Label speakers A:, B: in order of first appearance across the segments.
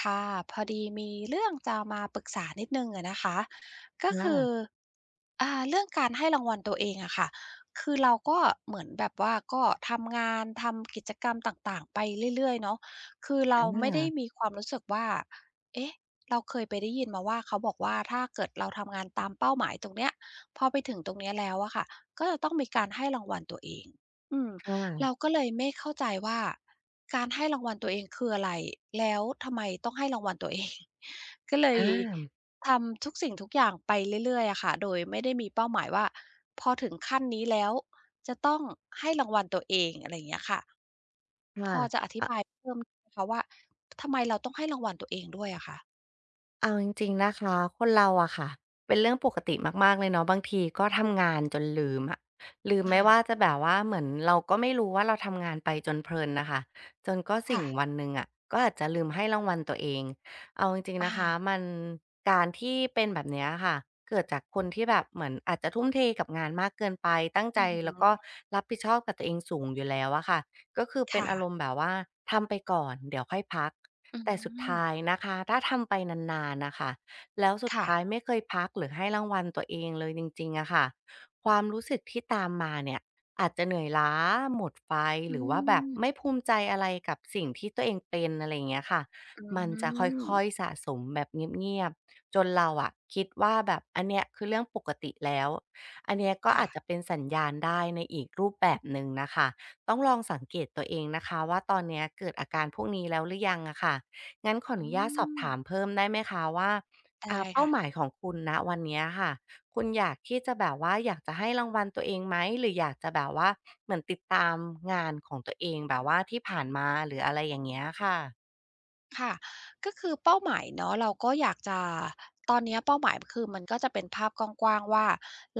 A: ค่ะพอดีมีเรื่องจะมาปรึกษานิดนึงอะนะคะก็คือ
B: ค่ะ
A: เรื่องการให้รางวัลตัวเองอะค่ะคือเราก็เหมือนแบบว่าก็ทำงานทำกิจกรรมต่างๆไปเรื่อยๆเนาะคือเราไม่ได้
B: อา
A: มีความรู้สึกว่าเอ๊ะเราเคยไปได้ยินมาว่าเขาบอกว่าถ้าเกิดเราทำงานตามเป้าหมายตรงเนี้ยพอไปถึงตรงเนี้ยแล้วอะค่ะก็จะต้องมีการให้รางวัลตัวเองอืม
B: ค่
A: เรา
B: ะ
A: ก็เลยไม่เข้าใจว่า การให้รางวัลตัวเองคืออะไรแล้วทำไมต้องให้รางวัลตัวเอง ก็เล
B: อ
A: ย
B: า
A: ทำทุกสิ่งทุกอย่างไปเรื่อยๆอะค่ะโดยไม่ได้มีเป้าหมายว่าพอถึงขั้นนี้แล้วจะต้องให้รางวัลตัวเองอะไรอย่างเงี้ยค่ะ
B: ค
A: พอจะอธิ
B: ่ะ
A: บายเพิ่มนะคะว่าทำไมเราต้องให้รางวัลตัวเองด้วยอะคะ
B: เอาจริงๆนะคะคนเราอะค่ะเป็นเรื่องปกติมากๆเลยเนาะบางทีก็ทำงานจนลืมอะลืมไม่ว่าจะ
A: อา
B: แบบว่าเหมือนเราก็ไม่รู้ว่าเราทำงานไปจนเพลินนะคะจนก็สิ่ง
A: ค่ะ
B: วันหนึ่งอะก็อาจจะลืมให้รางวัลตัวเองเอาจริงๆ
A: อา
B: นะคะมันการที่เป็นแบบเนี้ยค่ะเกิดจากคนที่แบบเหมือนอาจจะทุ่มเทกับงานมากเกินไปตั้งใจ
A: อือหื
B: แล้วก็
A: อ
B: รับผิดชอบกับตัวเองสูงอยู่แล้วอะค่ะก็คือเป็น
A: ค่ะ
B: อารมณ์แบบว่าทำไปก่อนเดี๋ยวค่อยพัก
A: อื
B: แต่สุด
A: ม
B: ท้ายนะคะถ้าทำไปนานๆนะคะแล้วสุด
A: ค่ะ
B: ท้ายไม่เคยพักหรือให้รางวัลตัวเองเลยจริงๆอะค่ะความรู้สึกที่ตามมาเนี่ยอาจจะเหนื่อยล้าหมดไฟห
A: อื
B: รือว่าแบบ
A: ม
B: ไม่ภูมิใจอะไรกับสิ่งที่ตัวเองเป็นอะไรอย่างเงี้ยค่ะ
A: อื
B: มันจะค่อย
A: ม
B: ๆสะสมแบบเงียบๆจนเราอะคิดว่าแบบอันเนี้ยคือเรื่องปกติแล้วอันเนี้ยก็
A: ค่ะ
B: อาจจะเป็นสัญญาณได้ในอีกรูปแบบหนึ่งนะคะต้องลองสังเกตตัวเองนะคะว่าตอนเนี้ยเกิดอาการพวกนี้แล้วหรือยังอะค่ะ งั้นขออ
A: อื
B: นุญาตสอบ
A: ม
B: ถามเพิ่มได้ไหมคะว่า
A: ได้
B: เป้า
A: ค่ะ
B: หมายของคุณณวันเนี้ยค่ะคุณอยากที่จะแบบว่าอยากจะให้รางวัลตัวเองไหมหรืออยากจะแบบว่าเหมือนติดตามงานของตัวเองแบบว่าที่ผ่านมาหรืออะไรอย่างเงี้ยค่ะ
A: ค่ะก็คือเป้าหมายเนาะเราก็อยากจะตอนเนี้ยเป้าหมายคือมันก็จะเป็นภาพกว้างๆว่า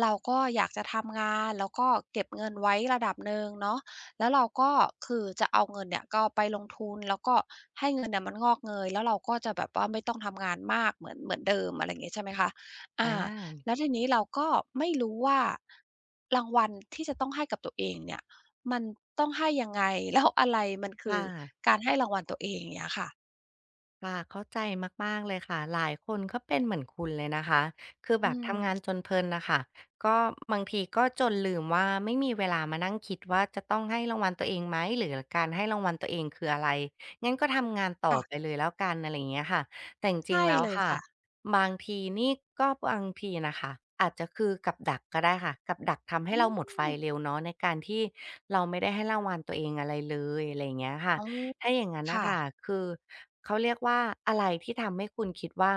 A: เราก็อยากจะทำงานแล้วก็เก็บเงินไว้ระดับหนึ่งเนาะแล้วเราก็คือจะเอาเงินเนี่ยก็ไปลงทุนแล้วก็ให้เงินเนี่ยมันงอกเงยแล้วเราก็จะแบบว่าไม่ต้องทำงานมากเหมือนเดิมอะไรอย่างงี้ใช่ไหมคะ
B: อ
A: อา
B: า
A: แล้วทีนี้เราก็ไม่รู้ว่ารางวัลที่จะต้องให้กับตัวเองเนี่ยมันต้องให้ยังไงแล้วอะไรมันคื
B: ค่ะ
A: อการให้รางวัลตัวเองอย่างเงี้ยค่ะ
B: ค่ะเข้าใจมากๆเลยค่ะหลายคนก็เป็นเหมือนคุณเลยนะคะคือแบ
A: อื
B: บ
A: ม
B: ทำงานจนเพลินนะคะก็บางทีก็จนลืมว่าไม่มีเวลามานั่งคิดว่าจะต้องให้รางวัลตัวเองไหมหรือการให้รางวัลตัวเองคืออะไรงั้นก็ทำงานต่อไปเลยแล้วกันอะไรอย่างเงี้ยค่ะแต่จริ
A: ใช่
B: งๆแล้ว
A: เลย
B: ค่ะ
A: ค่ะ
B: บางทีนี่ก็บางทีนะคะอาจจะคือกับดักก็ได้ค่ะกับดักทำให้
A: อื
B: เรา
A: ม
B: หมดไฟเร็วเนาะในการที่เราไม่ได้ให้รางวัลตัวเองอะไรเลยอะไรอย่างเงี้ยค่ะ
A: อ๋อ
B: ถ้าอย่างนั้นนะ
A: ค่ะ
B: ค่ะคือเขาเรียกว่าอะไรที่ทำให้คุณคิดว่า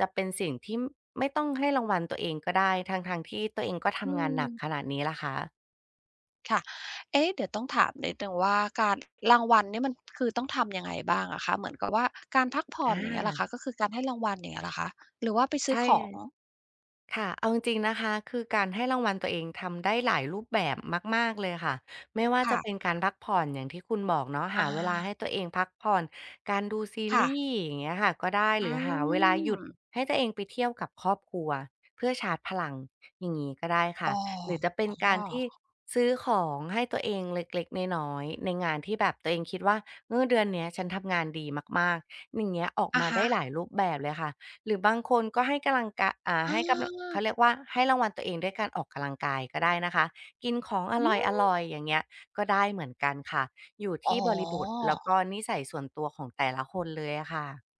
B: จะเป็นสิ่งที่ไม่ต้องให้รางวัลตัวเองก็ได้ทั้งๆที่ตัวเองก็
A: อื
B: ทำงานห
A: ม
B: นักขนาดนี้ล่ะคะ
A: ค่ะ เอ๊ะเดี๋ยวต้องถามนิดหนึ่งว่าการรางวัลเนี่ยมันคือต้องทำยังไงบ้างอะคะเหมือนกับว่าการพักผ่อ
B: อา
A: นอย่างเงี้ยเหรอคะก็คือการให้รางวัลอย่างเงี้ยเหรอคะหรือว่าไปซื้อ
B: ใช่
A: ของ
B: ค่ะเอาจริงๆนะคะคือการให้รางวัลตัวเองทำได้หลายรูปแบบมากๆเลยค่ะไม่ว่าจะเป็น
A: ค่ะ
B: การพักผ่อนอย่างที่คุณบอกเนาะหา
A: อา
B: เวลาให้ตัวเองพักผ่อนการดูซี
A: ค่ะ
B: รีส์อย่างเงี้ยค่ะก็ได้ห
A: อื
B: รือหาเวลาหยุด
A: ม
B: ให้ตัวเองไปเที่ยวกับครอบครัวเพื่อชาร์จพลังอย่างงี้ก็ได้ค่ะ
A: อ๋อ
B: หรือจะเป็น
A: อ๋
B: กา
A: อ
B: รที่ซื้อของให้ตัวเองเล็กๆน้อยๆในงานที่แบบตัวเองคิดว่าเออเดือนเนี้ยฉันทำงานดีมากๆอย่างเงี้ยออก
A: อะ
B: มาได้
A: ฮะ
B: หลายรูปแบบเลยค่ะ หรือบางคนก็ให้กำลังกะ
A: อา
B: ให้กำลังเขาเรียกว่าให้รางวัลตัวเองด้วยการออกกำลังกายก็ได้นะคะ กินของอ
A: อื
B: ร
A: ม
B: ่อยๆอย่างเงี้ยก็ได้เหมือนกันค่ะ อยู่
A: อ๋
B: ที่
A: อ
B: บริบทแล้วก็นิสัยส่วนตัวของแต่ละคนเลยอะค่ะ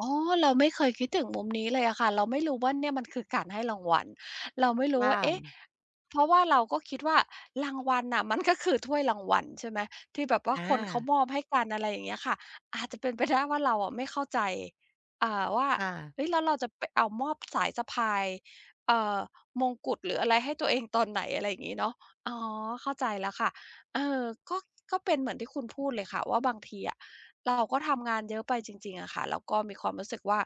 A: อ๋อเราไม่เคยคิดถึงมุมนี้เลยอะค่ะเราไม่รู้ว่าเนี่ยมันคือการให้รางวัลเราไม่รู้
B: ค่ะ
A: ว่าเอ๊ะเพราะว่าเราก็คิดว่ารางวัลน่ะมันก็คือถ้วยรางวัลใช่ไหมที่แบบว่า
B: อา
A: คนเขามอบให้กันอะไรอย่างเงี้ยค่ะ อาจจะเป็นไปได้ว่าเราอะไม่เข้าใจว่า
B: ค่ะ
A: เฮ้ยแล้วเราจะไปเอามอบสายสะพายเอ่อมงกุฎหรืออะไรให้ตัวเองตอนไหนอะไรอย่างงี้เนาะอ๋อเข้าใจแล้วค่ะเออก็ก็เป็นเหมือนที่คุณพูดเลยค่ะว่าบางทีอะ เราก็ทำงานเยอะไปจริงๆอะค่ะ แล้วก็มีความรู้สึกว่า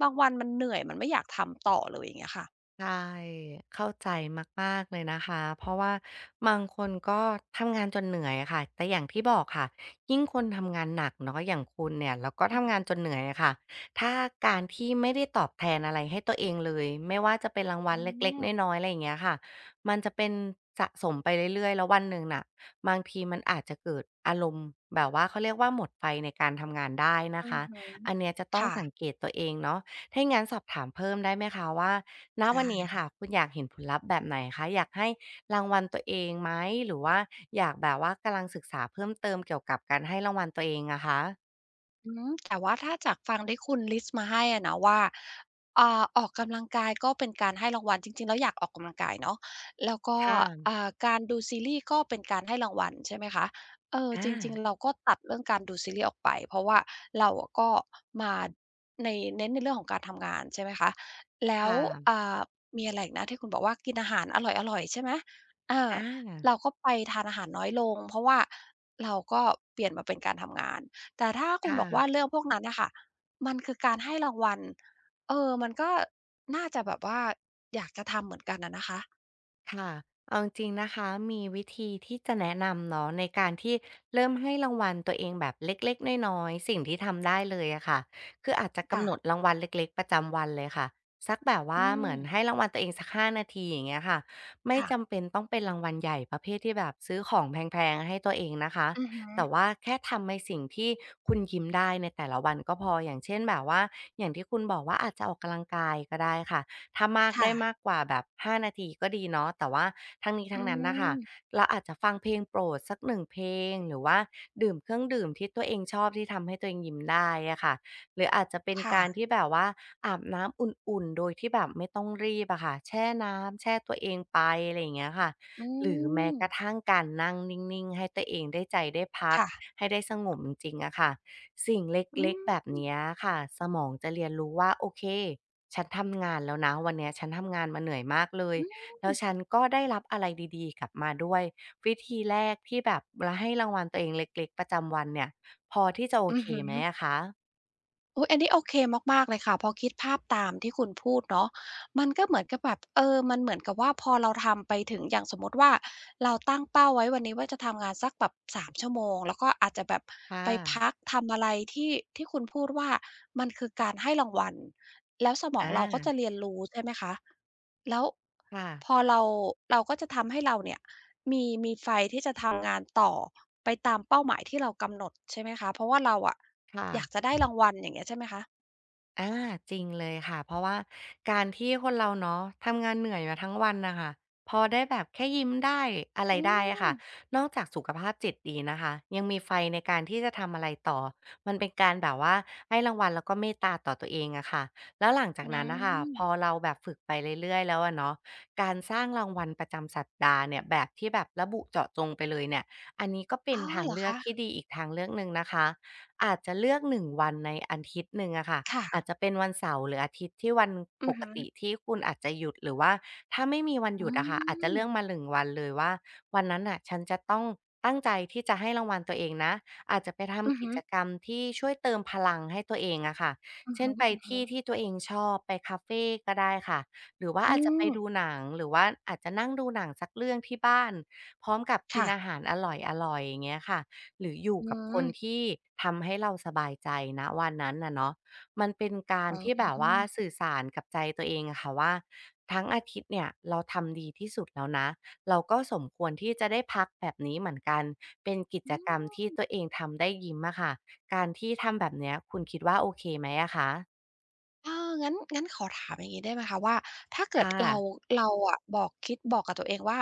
A: บางวันมันเหนื่อย มันไม่อยากทำต่อเลยอย่างเงี้ยค่ะ
B: ใช่เข้าใจมากๆเลยนะคะเพราะว่าบางคนก็ทำงานจนเหนื่อยอะค่ะแต่อย่างที่บอกค่ะยิ่งคนทำงานหนักเนาะอย่างคุณเนี่ยแล้วก็
A: อือ
B: ทำ
A: ฮึ
B: งานจนเหนื่อยอะค่ะถ้าการที่ไม่ได้ตอบแทนอะไรให้ตัวเองเลยไม่ว่าจะเป็นรางวั
A: อื
B: ลเ
A: ม
B: ล็กๆน้อยๆอะไรอย่างเงี้ยค่ะมันจะเป็นสะสมไปเรื่อยๆแล้ววันหนึ่งน่ะบางทีมันอาจจะเกิดอารมณ์แบบว่าเขาเรียกว่าหมดไฟในการทำงานได้นะ
A: อือ
B: คะ
A: ฮึ
B: อันเนี้ยจะต้อง
A: ค่ะ
B: สังเกตตัวเองเนาะถ้าอย่างงั้นสอบถามเพิ่มได้ไหมคะว่า ณวันนี้
A: ได้
B: ค่ะคุณอยากเห็นผลลัพธ์แบบไหนคะอยากให้รางวัลตัวเองไหมหรือว่าอยากแบบว่ากำลังศึกษาเพิ่มเติมเกี่ยวกับการให้รางวัลตัวเองอะคะ
A: อืมแต่ว่าถ้าจากฟังที่คุณลิสต์มาให้อะนะว่าออกกำลังกายก็เป็นการให้รางวัลจริงๆแล้วอยากออกกำลังกายเนาะแล้วก็
B: ค่ะ
A: การดูซีรีส์ก็เป็นการให้รางวัลใช่ไหมคะเออ
B: อา
A: จริงๆเราก็ตัดเรื่องการดูซีรีส์ออกไปเพราะว่าเราอะก็มาในเน้นในเรื่องของการทำงานใช่ไหมคะแล้ว
B: ค่ะ
A: อ่ามีอะไรอีกนะที่คุณบอกว่ากินอาหารอร่อยๆใช่ไหมเออ
B: อา
A: เราก็ไปทานอาหารน้อยลงเพราะว่าเราก็เปลี่ยนมาเป็นการทำงาน แต่ถ้าคุณ
B: ค่ะ
A: บอกว่าเรื่องพวกนั้นน่ะค่ะมันคือการให้รางวัล เออ มันก็น่าจะแบบว่าอยากจะทำเหมือนกันอะนะคะ
B: ค่ะเอาจริงๆนะคะมีวิธีที่จะแนะนำเนาะในการที่เริ่มให้รางวัลตัวเองแบบเล็กๆน้อยๆสิ่งที่ทำได้เลยอะค่ะคืออาจจะกำ
A: ค่ะ
B: หนดรางวัลเล็กๆประจำวันเลยค่ะสักแบบ
A: อื
B: ว่าเห
A: ม
B: มือนให้รางวัลตัวเองสักห้านาทีอย่างเงี้ยค่ะไม่
A: ค่ะ
B: จำเป็นต้องเป็นรางวัลใหญ่ประเภทที่แบบซื้อของแพงๆให้ตัวเองนะคะ
A: อือฮึ
B: แต่ว่าแค่ทำในสิ่งที่คุณยิ้มได้ในแต่ละวันก็พออย่างเช่นแบบว่าอย่างที่คุณบอกว่าอาจจะออกกำลังกายก็ได้ค่ะ ถ้ามากได้
A: ค่ะ
B: มากกว่าแบบ5นาทีก็ดีเนาะแต่ว่าทั้งนี้
A: อื
B: ทั้งนั้นน่ะค่ะ
A: ม
B: เราอาจจะฟังเพลงโปรดสัก1เพลงหรือว่าดื่มเครื่องดื่มที่ตัวเองชอบที่ทำให้ตัวเองยิ้มได้อะค่ะหรืออาจจะเป็น
A: ค่ะ
B: การที่แบบว่าอาบน้ำอุ่นๆโดยที่แบบไม่ต้องรีบอะค่ะแช่น้ำแช่ตัวเองไปอะไรอย่างเงี้ยค่ะ
A: อื
B: หรือแม้
A: ม
B: กระทั่งการนั่งนิ่งๆให้ตัวเองได้ใจได้พัก
A: ค่ะ
B: ให้ได้สงบจริงๆอะค่ะสิ่งเ
A: อื
B: ล็กๆแบบ
A: ม
B: เนี้ยค่ะสมองจะเรียนรู้ว่าโอเค ฉันทำงานแล้วนะวันเนี้ยฉันทำงานมาเหนื่อยมากเลย
A: อือ
B: แล้วฉันก็ได้รับอะไรดีๆกลับมาด้วยวิธีแรกที่แบบเราให้รางวัลตัวเองเล็กๆประจำวันเนี่ยพอที่จะโอ
A: อือ
B: เค
A: ฮึ
B: ไหมอะคะ
A: อุ๊ยอันนี้โอเคมากๆเลยค่ะพอคิดภาพตามที่คุณพูดเนาะมันก็เหมือนกับแบบเออมันเหมือนกับว่าพอเราทำไปถึงอย่างสมมุติว่าเราตั้งเป้าไว้วันนี้ว่าจะทำงานสักแบบ3ชั่วโมงแล้วก็อาจจะแบบ
B: ค่ะ
A: ไปพักทำอะไรที่ที่คุณพูดว่ามันคือการให้รางวัลแล้วสมอ
B: อ
A: งเราก็จะ
B: า
A: เรียนรู้ใช่ไหมคะแล้ว
B: ค่ะ
A: พอเราก็จะทำให้เราเนี่ย มีไฟที่จะทำงานต่อไปตามเป้าหมายที่เรากำหนดใช่ไหมคะเพราะว่าเราอะ
B: ค่ะ
A: อยากจะได้รางวัลอย่างเงี้ยใช่ไหมคะ
B: อาจริงเลยค่ะเพราะว่าการที่คนเราเนาะทำงานเหนื่อยมาทั้งวันน่ะค่ะพอได้แบบแค่ยิ้มได้อะไร
A: อื
B: ได้อะ
A: ม
B: ค่ะนอกจากสุขภาพจิตดีนะคะยังมีไฟในการที่จะทำอะไรต่อมันเป็นการแบบว่าให้รางวัลแล้วก็เมตตาต่อตัวเองอะค่ะแล้วหลังจา
A: อื
B: กนั้นน่ะค่ะ
A: ม
B: พอเราแบบฝึกไปเรื่อยๆแล้วอะเนาะการสร้างรางวัลประจำสัปดาห์เนี่ยแบบที่แบบระบุเจาะจงไปเลยเนี่ยอันนี้ก็เป็น
A: อ๋อ
B: ทาง
A: เหรอ
B: เลือก
A: คะ
B: ที่ดีอีกทางเลือกหนึ่งนะคะอาจจะเลือกหนึ่งวันในอาทิตย์หนึ่งอะค่ะ
A: ค่ะ
B: อาจจะเป็นวันเสาร์หรืออาทิตย์ที่วัน
A: อื
B: ป
A: อ
B: ก
A: ฮึ
B: ติที่คุณอาจจะหยุดหรือว่าถ้าไม่มีวันห
A: อื
B: ยุดอะค่ะอาจจะ
A: ม
B: เลือกมาหนึงวันเลยว่าวันนั้นน่ะฉันจะต้องตั้งใจที่จะให้รางวัลตัวเองนะอาจจะไป
A: อือ
B: ทำกิ
A: ฮึ
B: จก
A: ๆ
B: รรมที่ช่วยเติมพลังให้ตัวเองอะค่ะเช่นไปที่ที่
A: ๆ
B: ตัวเองชอบไปคาเฟก็ได้ค่ะหรือว่า
A: อื
B: อาจจะไป
A: ม
B: ดูหนังหรือว่าอาจจะนั่งดูหนังสักเรื่องที่บ้านพร้อมกับกิน
A: ค่ะ
B: อาหารอร่อยๆอย่างเงี้ยค่ะหรืออยู่
A: อื
B: กับคน
A: ม
B: ที่ทำให้เราสบายใจณวันนั้นน่ะเนาะ มันเป็นการ
A: อ๋
B: ที่แบบว่า
A: อ
B: สื่อสารกับใจตัวเองอะค่ะว่าทั้งอาทิตย์เนี่ยเราทำดีที่สุดแล้วนะเราก็สมควรที่จะได้พักแบบนี้เหมือนกันเป็นกิจกรรมที่ตัวเองทำได้ยิ้มอะค่ะการที่ทำแบบเนี้ยคุณคิดว่าโอเคไหมอะคะ
A: เอองั้นงั้นขอถามอย่างงี้ได้ไหมคะว่าถ้าเกิด
B: ค่ะ
A: เราอะบอกบอกกับตัวเองว่า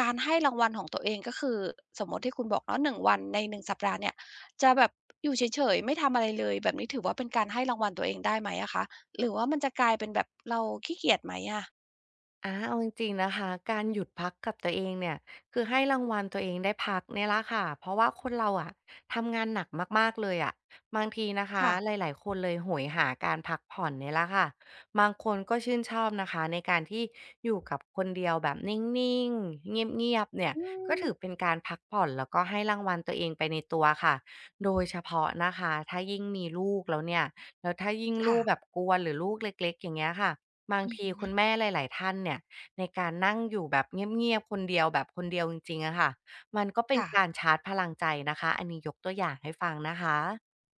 A: การให้รางวัลของตัวเองก็คือ สมมุติที่คุณบอกเนาะ1วันใน1สัปดาห์เนี่ย จะแบบอยู่เฉยๆ ไม่ทำอะไรเลยแบบนี้ถือว่าเป็นการให้รางวัลตัวเองได้ไหมอะคะหรือว่ามันจะกลายเป็นแบบเราขี้เกียจไหมอะ
B: อาเอาจริงๆนะคะการหยุดพักกับตัวเองเนี่ยคือให้รางวัลตัวเองได้พักเนี่ยละค่ะเพราะว่าคนเราอะทำงานหนักมากๆเลยอะบางทีนะคะ
A: ค่ะ
B: หลายๆคนเลยโหยหาการพักผ่อนเนี่ยหละค่ะบางคนก็ชื่นชอบนะคะในการที่อยู่กับคนเดียวแบบนิ่งๆเงียบๆเนี่ย
A: อื
B: ก็
A: ม
B: ถือเป็นการพักผ่อนแล้วก็ให้รางวัลตัวเองไปในตัวค่ะโดยเฉพาะนะคะถ้ายิ่งมีลูกแล้วเนี่ยแล้วถ้ายิ่งลู
A: ค่ะ
B: กแบบกวนหรือลูกเล็กๆอย่างเงี้ยค่ะ บาง
A: อือ
B: ที
A: ฮึ
B: คุณแม่หลายๆท่านเนี่ยในการนั่งอยู่แบบเงียบๆคนเดียวแบบคนเดียวจริงๆอะค่ะมันก็เป็น
A: ค่ะ
B: การชาร์จพลังใจนะคะอันนี้ยกตัวอย่างให้ฟังนะคะ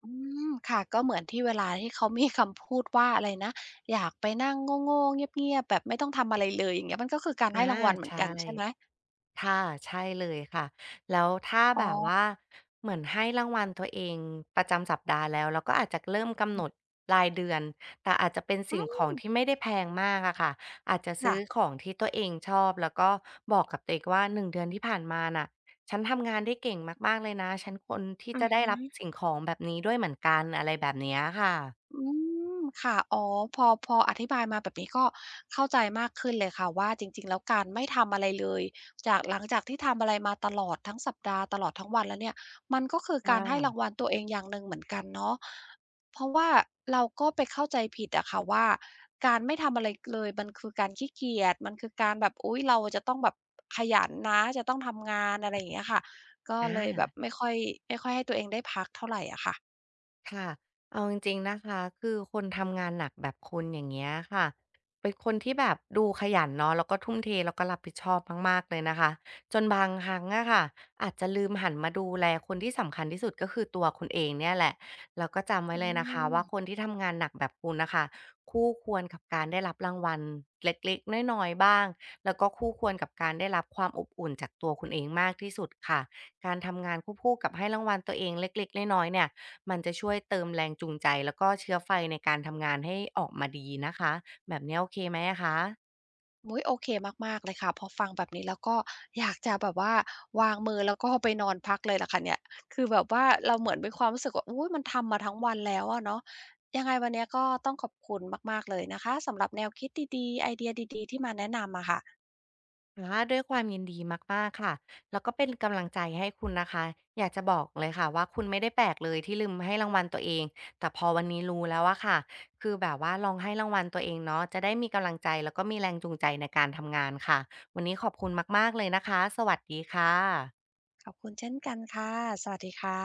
A: อืมค่ะก็เหมือนที่เวลาที่เขามีคำพูดว่าอะไรนะอยากไปนั่งโง่ๆเงียบๆแบบไม่ต้องทำอะไรเลยอย่างเงี้ยมันก็คือการ
B: อา
A: ให้รางวัลเหมือน
B: ใช่
A: กันใช่ไหม
B: ค่ะใช่เลยค่ะแล้วถ้า
A: อ๋อ
B: แบบว่าเหมือนให้รางวัลตัวเองประจำสัปดาห์แล้วเราก็อาจจะเริ่มกำหนดรายเดือนแต่อาจจะเป็น
A: อื
B: สิ่งของ
A: ม
B: ที่ไม่ได้แพงมากอะค่ะอาจจะซื้อ
A: ค่ะ
B: ของที่ตัวเองชอบแล้วก็บอกกับตัวเองว่า "1 เดือนที่ผ่านมาน่ะฉันทำงานได้เก่งมากๆเลยนะฉันควรที่
A: อื
B: จะ
A: อ
B: ได้
A: ฮึ
B: รับสิ่งของแบบนี้ด้วยเหมือนกันอะไรแบบเนี้ยค่ะ
A: อืมค่ะอ๋อพออธิบายมาแบบนี้ก็เข้าใจมากขึ้นเลยค่ะว่าจริงๆแล้วการไม่ทำอะไรเลยจากหลังจากที่ทำอะไรมาตลอดทั้งสัปดาห์ตลอดทั้งวันแล้วเนี่ยมันก็คือ
B: ค
A: การให้ราง
B: ่ะ
A: วัลตัวเองอย่างหนึ่งเหมือนกันเนาะเพราะว่าเราก็ไปเข้าใจผิดอะค่ะว่าการไม่ทำอะไรเลยมันคือการขี้เกียจมันคือการแบบอุ๊ยเราจะต้องแบบขยันนะจะต้องทำงานอะไรอย่างเงี้ยค่ะก็
B: อา
A: เลยแบบไม่ค่อยให้ตัวเองได้พักเท่าไรอะค่ะ
B: ค่ะเอาจริงๆนะคะคือคนทำงานหนักแบบคุณอย่างเงี้ยค่ะเป็นคนที่แบบดูขยันเนาะแล้วก็ทุ่มเทแล้วก็รับผิดชอบมากๆเลยนะคะ จนบางครั้งอะค่ะอาจจะลืมหันมาดูแลคนที่สำคัญที่สุดก็คือตัวคุณเองเนี่ยแหละ แล้วก็จำไว้
A: อื
B: เลยนะคะว่าค
A: ม
B: นที่ทำงานหนักแบบคุณน่ะค่ะคู่ควรกับการได้รับรางวัลเล็กๆน้อยๆบ้าง แล้วก็คู่ควรกับการได้รับความอบอุ่นจากตัวคุณเองมากที่สุดค่ะการทำงานคู่ๆกับให้รางวัลตัวเองเล็กๆน้อยๆเนี่ย มันจะช่วยเติมแรงจูงใจแล้วก็เชื้อไฟในการทำงานให้ออกมาดีนะคะแบบนี้โอเคไหมอะคะ
A: อุ๊ยโอเคมากๆเลยค่ะพอฟังแบบนี้แล้วก็อยากจะแบบว่าวางมือแล้วก็ไปนอนพักเลยล่ะค่ะเนี่ยคือแบบว่าเราเหมือนมีความรู้สึกว่าอุ๊ยมันทำมาทั้งวันแล้วอะเนาะยังไงวันเนี้ยก็ต้องขอบคุณมากๆเลยนะคะสำหรับแนวคิดดีๆไอเดียดีๆที่มาแนะนำอะค่ะ
B: อะด้วยความยินดีมากๆค่ะแล้วก็เป็นกำลังใจให้คุณนะคะอยากจะบอกเลยค่ะว่าคุณไม่ได้แปลกเลยที่ลืมให้รางวัลตัวเองแต่พอวันนี้รู้แล้วอะค่ะคือแบบว่าลองให้รางวัลตัวเองเนาะจะได้มีกำลังใจแล้วก็มีแรงจูงใจในการทำงานค่ะวันนี้ขอบคุณมากๆเลยนะคะสวัสดีค่ะ
A: ขอบคุณเช่นกันค่ะสวัสดีค่ะ